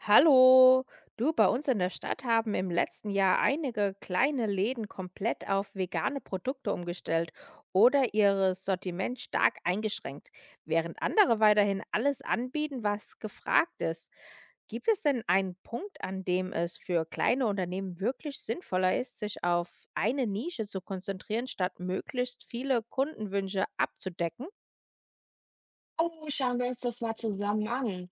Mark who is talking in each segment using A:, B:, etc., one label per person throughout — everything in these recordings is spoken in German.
A: Hallo, du, bei uns in der Stadt haben im letzten Jahr einige kleine Läden komplett auf vegane Produkte umgestellt oder ihr Sortiment stark eingeschränkt, während andere weiterhin alles anbieten, was gefragt ist. Gibt es denn einen Punkt, an dem es für kleine Unternehmen wirklich sinnvoller ist, sich auf eine Nische zu konzentrieren, statt möglichst viele Kundenwünsche abzudecken?
B: Oh, schauen wir uns das mal zusammen an.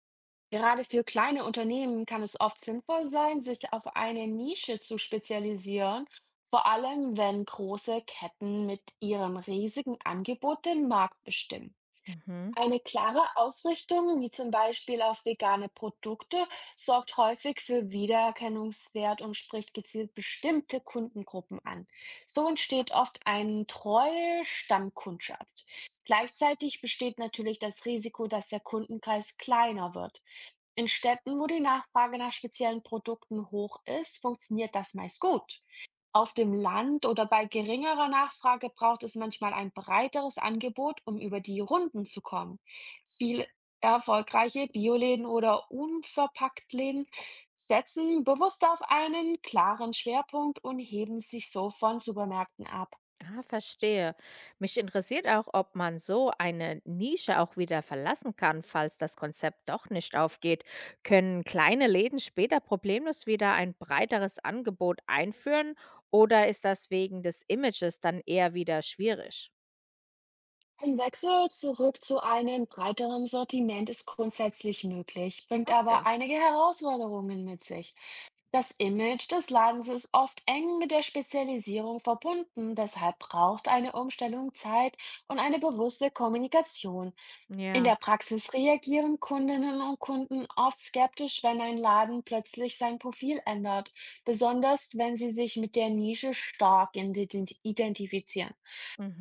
B: Gerade für kleine Unternehmen kann es oft sinnvoll sein, sich auf eine Nische zu spezialisieren, vor allem wenn große Ketten mit ihrem riesigen Angebot den Markt bestimmen.
A: Mhm.
B: Eine klare Ausrichtung, wie zum Beispiel auf vegane Produkte, sorgt häufig für Wiedererkennungswert und spricht gezielt bestimmte Kundengruppen an. So entsteht oft eine treue Stammkundschaft. Gleichzeitig besteht natürlich das Risiko, dass der Kundenkreis kleiner wird. In Städten, wo die Nachfrage nach speziellen Produkten hoch ist, funktioniert das meist gut. Auf dem Land oder bei geringerer Nachfrage braucht es manchmal ein breiteres Angebot, um über die Runden zu kommen. Viele erfolgreiche Bioläden oder Unverpacktläden setzen bewusst auf einen klaren Schwerpunkt und heben sich so von Supermärkten ab.
A: Ah, verstehe. Mich interessiert auch, ob man so eine Nische auch wieder verlassen kann, falls das Konzept doch nicht aufgeht. Können kleine Läden später problemlos wieder ein breiteres Angebot einführen oder ist das wegen des Images dann eher wieder schwierig?
B: Ein Wechsel zurück zu einem breiteren Sortiment ist grundsätzlich möglich, bringt aber
A: Okay.
B: einige Herausforderungen mit sich. Das Image des Ladens ist oft eng mit der Spezialisierung verbunden, deshalb braucht eine Umstellung Zeit und eine bewusste Kommunikation. In
A: Ja.
B: der Praxis reagieren Kundinnen und Kunden oft skeptisch, wenn ein Laden plötzlich sein Profil ändert, besonders wenn sie sich mit der Nische stark identifizieren.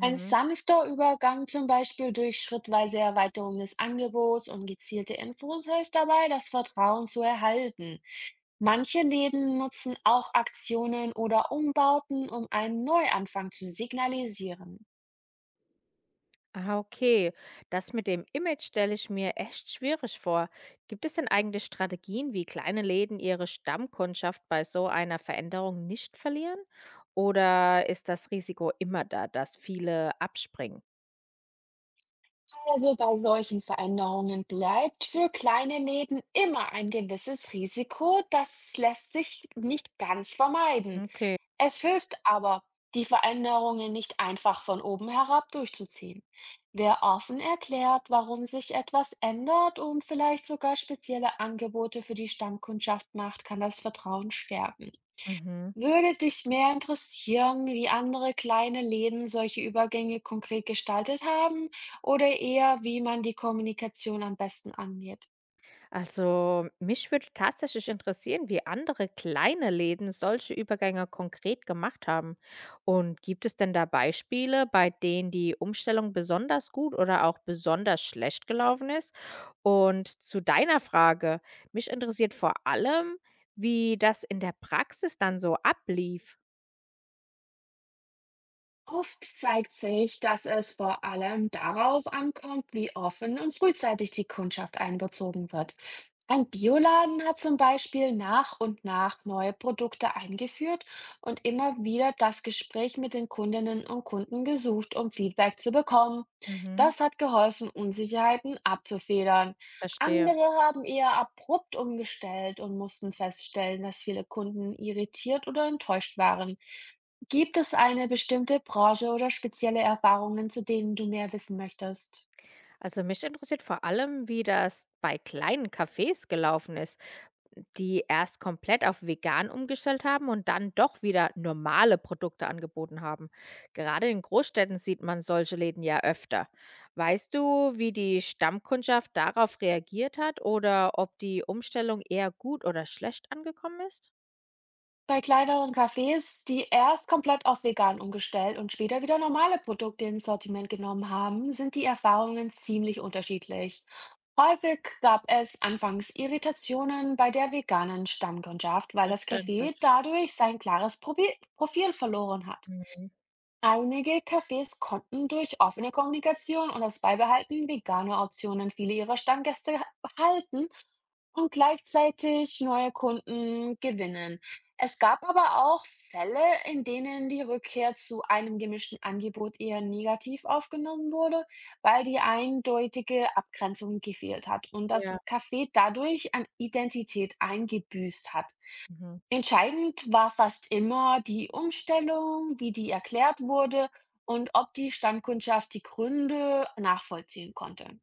B: Ein sanfter Übergang, zum Beispiel durch schrittweise Erweiterung des Angebots und gezielte Infos, hilft dabei, das Vertrauen zu erhalten. Manche Läden nutzen auch Aktionen oder Umbauten, um einen Neuanfang zu signalisieren.
A: Ah, okay. Das mit dem Image stelle ich mir echt schwierig vor. Gibt es denn eigentlich Strategien, wie kleine Läden ihre Stammkundschaft bei so einer Veränderung nicht verlieren? Oder ist das Risiko immer da, dass viele abspringen?
B: Also bei solchen Veränderungen bleibt für kleine Läden immer ein gewisses Risiko, das lässt sich nicht ganz vermeiden.
A: Okay.
B: Es hilft aber, die Veränderungen nicht einfach von oben herab durchzuziehen. Wer offen erklärt, warum sich etwas ändert und vielleicht sogar spezielle Angebote für die Stammkundschaft macht, kann das Vertrauen stärken.
A: Mhm.
B: Würde dich mehr interessieren, wie andere kleine Läden solche Übergänge konkret gestaltet haben oder eher, wie man die Kommunikation am besten angeht?
A: Also, mich würde tatsächlich interessieren, wie andere kleine Läden solche Übergänge konkret gemacht haben. Und gibt es denn da Beispiele, bei denen die Umstellung besonders gut oder auch besonders schlecht gelaufen ist? Und zu deiner Frage, mich interessiert vor allem, wie das in der Praxis dann so ablief.
B: Oft zeigt sich, dass es vor allem darauf ankommt, wie offen und frühzeitig die Kundschaft einbezogen wird. Ein Bioladen hat zum Beispiel nach und nach neue Produkte eingeführt und immer wieder das Gespräch mit den Kundinnen und Kunden gesucht, um Feedback zu bekommen.
A: Mhm,
B: Das hat geholfen, Unsicherheiten abzufedern.
A: verstehe.
B: Andere haben eher abrupt umgestellt und mussten feststellen, dass viele Kunden irritiert oder enttäuscht waren. Gibt es eine bestimmte Branche oder spezielle Erfahrungen, zu denen du mehr wissen möchtest?
A: Also mich interessiert vor allem, wie das bei kleinen Cafés gelaufen ist. Die erst komplett auf vegan umgestellt haben und dann doch wieder normale Produkte angeboten haben. Gerade in Großstädten sieht man solche Läden ja öfter. Weißt du, wie die Stammkundschaft darauf reagiert hat oder ob die Umstellung eher gut oder schlecht angekommen ist?
B: Bei kleineren Cafés, die erst komplett auf vegan umgestellt und später wieder normale Produkte ins Sortiment genommen haben, sind die Erfahrungen ziemlich unterschiedlich. Häufig gab es anfangs Irritationen bei der veganen Stammkundschaft, weil das
A: Verständlich.
B: Café dadurch sein klares Profil verloren hat.
A: Mhm.
B: Einige Cafés konnten durch offene Kommunikation und das Beibehalten veganer Optionen viele ihrer Stammgäste halten und gleichzeitig neue Kunden gewinnen. Es gab aber auch Fälle, in denen die Rückkehr zu einem gemischten Angebot eher negativ aufgenommen wurde, weil die eindeutige Abgrenzung gefehlt hat und
A: Ja.
B: das Café dadurch an Identität eingebüßt hat.
A: Mhm.
B: Entscheidend war fast immer die Umstellung, wie die erklärt wurde und ob die Stammkundschaft die Gründe nachvollziehen konnte.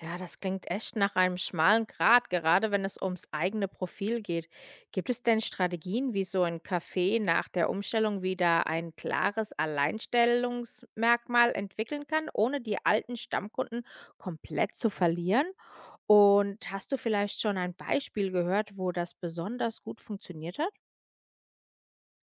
A: Ja, das klingt echt nach einem schmalen Grat, gerade wenn es ums eigene Profil geht. Gibt es denn Strategien, wie so ein Café nach der Umstellung wieder ein klares Alleinstellungsmerkmal entwickeln kann, ohne die alten Stammkunden komplett zu verlieren? Und hast du vielleicht schon ein Beispiel gehört, wo das besonders gut funktioniert hat?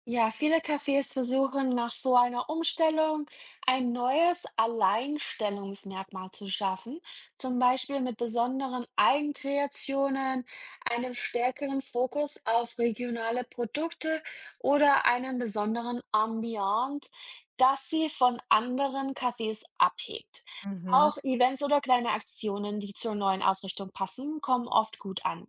B: Ja, viele Cafés versuchen nach so einer Umstellung ein neues Alleinstellungsmerkmal zu schaffen, zum Beispiel mit besonderen Eigenkreationen, einem stärkeren Fokus auf regionale Produkte oder einem besonderen Ambiente, das sie von anderen Cafés abhebt.
A: Mhm.
B: Auch Events oder kleine Aktionen, die zur neuen Ausrichtung passen, kommen oft gut an.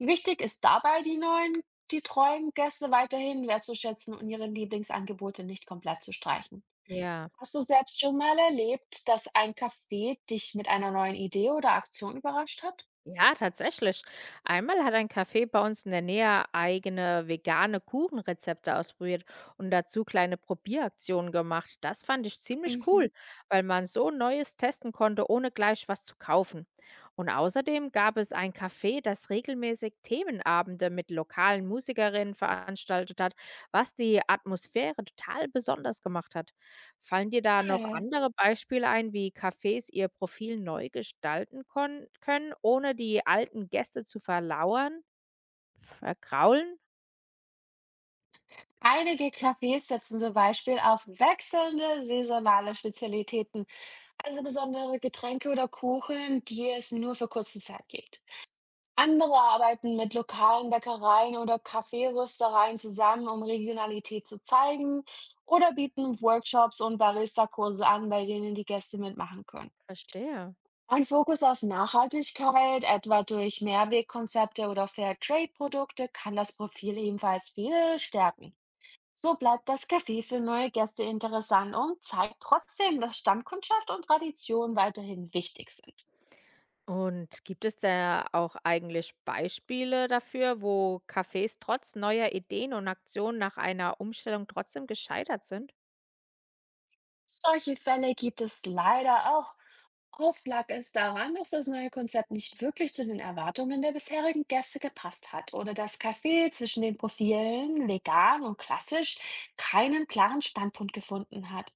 B: Wichtig ist dabei, die treuen Gäste weiterhin wertzuschätzen und ihre Lieblingsangebote nicht komplett zu streichen.
A: Ja.
B: Hast du selbst schon mal erlebt, dass ein Café dich mit einer neuen Idee oder Aktion überrascht hat?
A: Ja, tatsächlich. Einmal hat ein Café bei uns in der Nähe eigene vegane Kuchenrezepte ausprobiert und dazu kleine Probieraktionen gemacht. Das fand ich ziemlich cool,
B: Mhm.
A: weil man so Neues testen konnte, ohne gleich was zu kaufen. Und außerdem gab es ein Café, das regelmäßig Themenabende mit lokalen Musikerinnen veranstaltet hat, was die Atmosphäre total besonders gemacht hat. Fallen dir da
B: Ah,
A: noch
B: ja.
A: andere Beispiele ein, wie Cafés ihr Profil neu gestalten konn können, ohne die alten Gäste zu verlauern vergraulen?
B: Einige Cafés setzen zum Beispiel auf wechselnde saisonale Spezialitäten, also besondere Getränke oder Kuchen, die es nur für kurze Zeit gibt. Andere arbeiten mit lokalen Bäckereien oder Kaffeeröstereien zusammen, um Regionalität zu zeigen, oder bieten Workshops und Barista-Kurse an, bei denen die Gäste mitmachen können.
A: Verstehe.
B: Ein Fokus auf Nachhaltigkeit, etwa durch Mehrwegkonzepte oder Fairtrade-Produkte, kann das Profil ebenfalls viel stärken. So bleibt das Café für neue Gäste interessant und zeigt trotzdem, dass Stammkundschaft und Tradition weiterhin wichtig sind.
A: Und gibt es da auch eigentlich Beispiele dafür, wo Cafés trotz neuer Ideen und Aktionen nach einer Umstellung trotzdem gescheitert sind?
B: Solche Fälle gibt es leider auch. Oft lag es daran, dass das neue Konzept nicht wirklich zu den Erwartungen der bisherigen Gäste gepasst hat oder das Café zwischen den Profilen vegan und klassisch keinen klaren Standpunkt gefunden hat.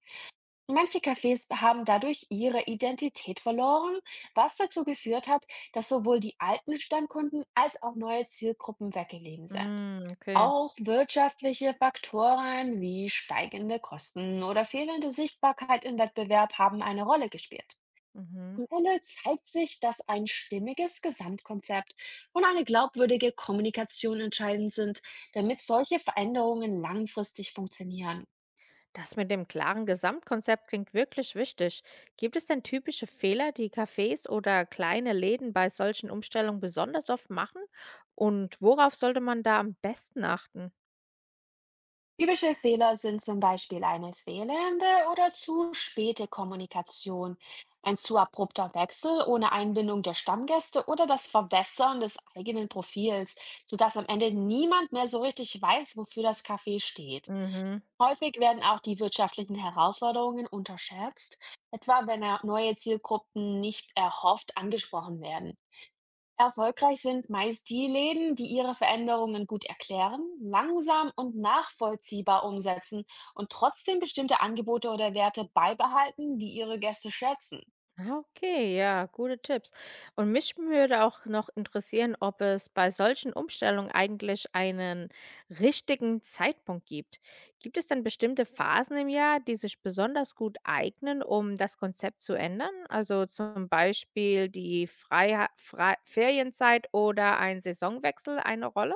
B: Manche Cafés haben dadurch ihre Identität verloren, was dazu geführt hat, dass sowohl die alten Stammkunden als auch neue Zielgruppen weggeblieben sind.
A: Hm, okay.
B: Auch wirtschaftliche Faktoren wie steigende Kosten oder fehlende Sichtbarkeit im Wettbewerb haben eine Rolle gespielt.
A: Mhm.
B: Am Ende zeigt sich, dass ein stimmiges Gesamtkonzept und eine glaubwürdige Kommunikation entscheidend sind, damit solche Veränderungen langfristig funktionieren.
A: Das mit dem klaren Gesamtkonzept klingt wirklich wichtig. Gibt es denn typische Fehler, die Cafés oder kleine Läden bei solchen Umstellungen besonders oft machen? Und worauf sollte man da am besten achten?
B: Typische Fehler sind zum Beispiel eine fehlende oder zu späte Kommunikation, ein zu abrupter Wechsel ohne Einbindung der Stammgäste oder das Verbessern des eigenen Profils, sodass am Ende niemand mehr so richtig weiß, wofür das Café steht.
A: Mhm.
B: Häufig werden auch die wirtschaftlichen Herausforderungen unterschätzt, etwa wenn neue Zielgruppen nicht erhofft angesprochen werden. Erfolgreich sind meist die Läden, die ihre Veränderungen gut erklären, langsam und nachvollziehbar umsetzen und trotzdem bestimmte Angebote oder Werte beibehalten, die ihre Gäste schätzen.
A: Ah, okay, ja, gute Tipps. Und mich würde auch noch interessieren, ob es bei solchen Umstellungen eigentlich einen richtigen Zeitpunkt gibt. Gibt es dann bestimmte Phasen im Jahr, die sich besonders gut eignen, um das Konzept zu ändern? Also zum Beispiel die Freia Frei Ferienzeit oder ein Saisonwechsel eine Rolle?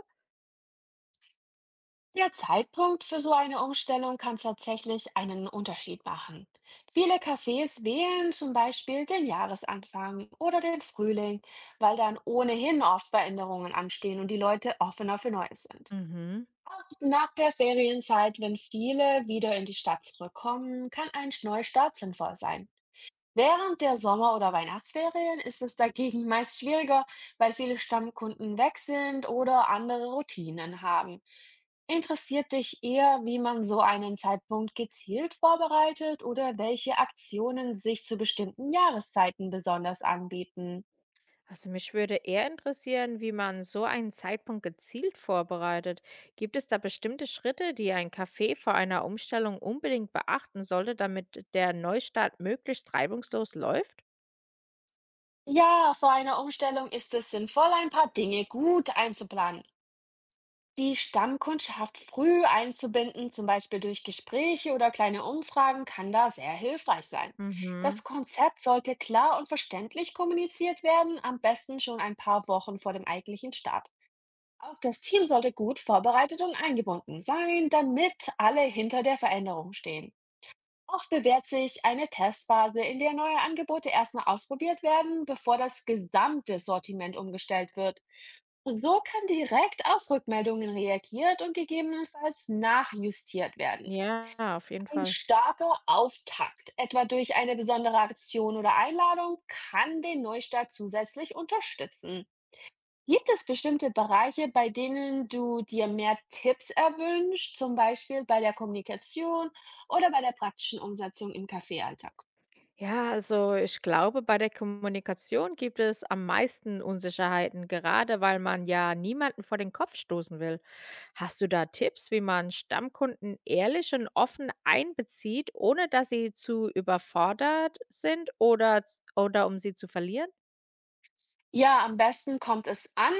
B: Der Zeitpunkt für so eine Umstellung kann tatsächlich einen Unterschied machen. Viele Cafés wählen zum Beispiel den Jahresanfang oder den Frühling, weil dann ohnehin oft Veränderungen anstehen und die Leute offener für Neues sind.
A: Mhm.
B: Nach der Ferienzeit, wenn viele wieder in die Stadt zurückkommen, kann ein Neustart sinnvoll sein. Während der Sommer- oder Weihnachtsferien ist es dagegen meist schwieriger, weil viele Stammkunden weg sind oder andere Routinen haben. Interessiert dich eher, wie man so einen Zeitpunkt gezielt vorbereitet oder welche Aktionen sich zu bestimmten Jahreszeiten besonders anbieten?
A: Also mich würde eher interessieren, wie man so einen Zeitpunkt gezielt vorbereitet. Gibt es da bestimmte Schritte, die ein Café vor einer Umstellung unbedingt beachten sollte, damit der Neustart möglichst reibungslos läuft?
B: Ja, vor einer Umstellung ist es sinnvoll, ein paar Dinge gut einzuplanen. Die Stammkundschaft früh einzubinden, zum Beispiel durch Gespräche oder kleine Umfragen, kann da sehr hilfreich sein.
A: Mhm.
B: Das Konzept sollte klar und verständlich kommuniziert werden, am besten schon ein paar Wochen vor dem eigentlichen Start. Auch das Team sollte gut vorbereitet und eingebunden sein, damit alle hinter der Veränderung stehen. Oft bewährt sich eine Testphase, in der neue Angebote erstmal ausprobiert werden, bevor das gesamte Sortiment umgestellt wird. So kann direkt auf Rückmeldungen reagiert und gegebenenfalls nachjustiert werden.
A: Ja, auf jeden
B: Ein
A: Fall.
B: starker Auftakt, etwa durch eine besondere Aktion oder Einladung, kann den Neustart zusätzlich unterstützen. Gibt es bestimmte Bereiche, bei denen du dir mehr Tipps erwünscht, zum Beispiel bei der Kommunikation oder bei der praktischen Umsetzung im Kaffeealltag?
A: Ja, also ich glaube, bei der Kommunikation gibt es am meisten Unsicherheiten, gerade weil man ja niemanden vor den Kopf stoßen will. Hast du da Tipps, wie man Stammkunden ehrlich und offen einbezieht, ohne dass sie zu überfordert sind oder um sie zu verlieren?
B: Ja, am besten kommt es an,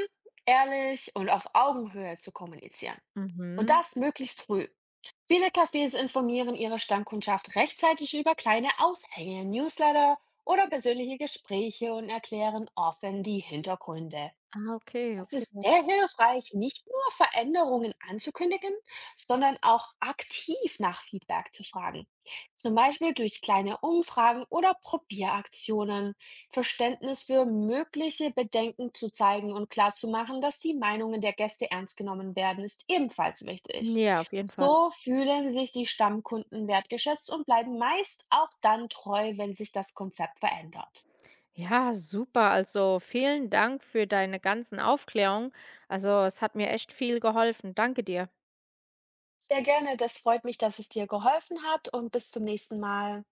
B: ehrlich und auf Augenhöhe zu kommunizieren. Und
A: Mhm.
B: das möglichst früh. Viele Cafés informieren ihre Stammkundschaft rechtzeitig über kleine Aushänge, Newsletter oder persönliche Gespräche und erklären offen die Hintergründe.
A: Ah, okay,
B: Es
A: okay.
B: ist sehr hilfreich, nicht nur Veränderungen anzukündigen, sondern auch aktiv nach Feedback zu fragen. Zum Beispiel durch kleine Umfragen oder Probieraktionen, Verständnis für mögliche Bedenken zu zeigen und klarzumachen, dass die Meinungen der Gäste ernst genommen werden, ist ebenfalls wichtig.
A: Ja, auf jeden Fall.
B: So fühlen sich die Stammkunden wertgeschätzt und bleiben meist auch dann treu, wenn sich das Konzept verändert.
A: Ja, super. Also vielen Dank für deine ganzen Aufklärungen. Also es hat mir echt viel geholfen. Danke dir.
B: Sehr gerne, das freut mich, dass es dir geholfen hat und bis zum nächsten Mal.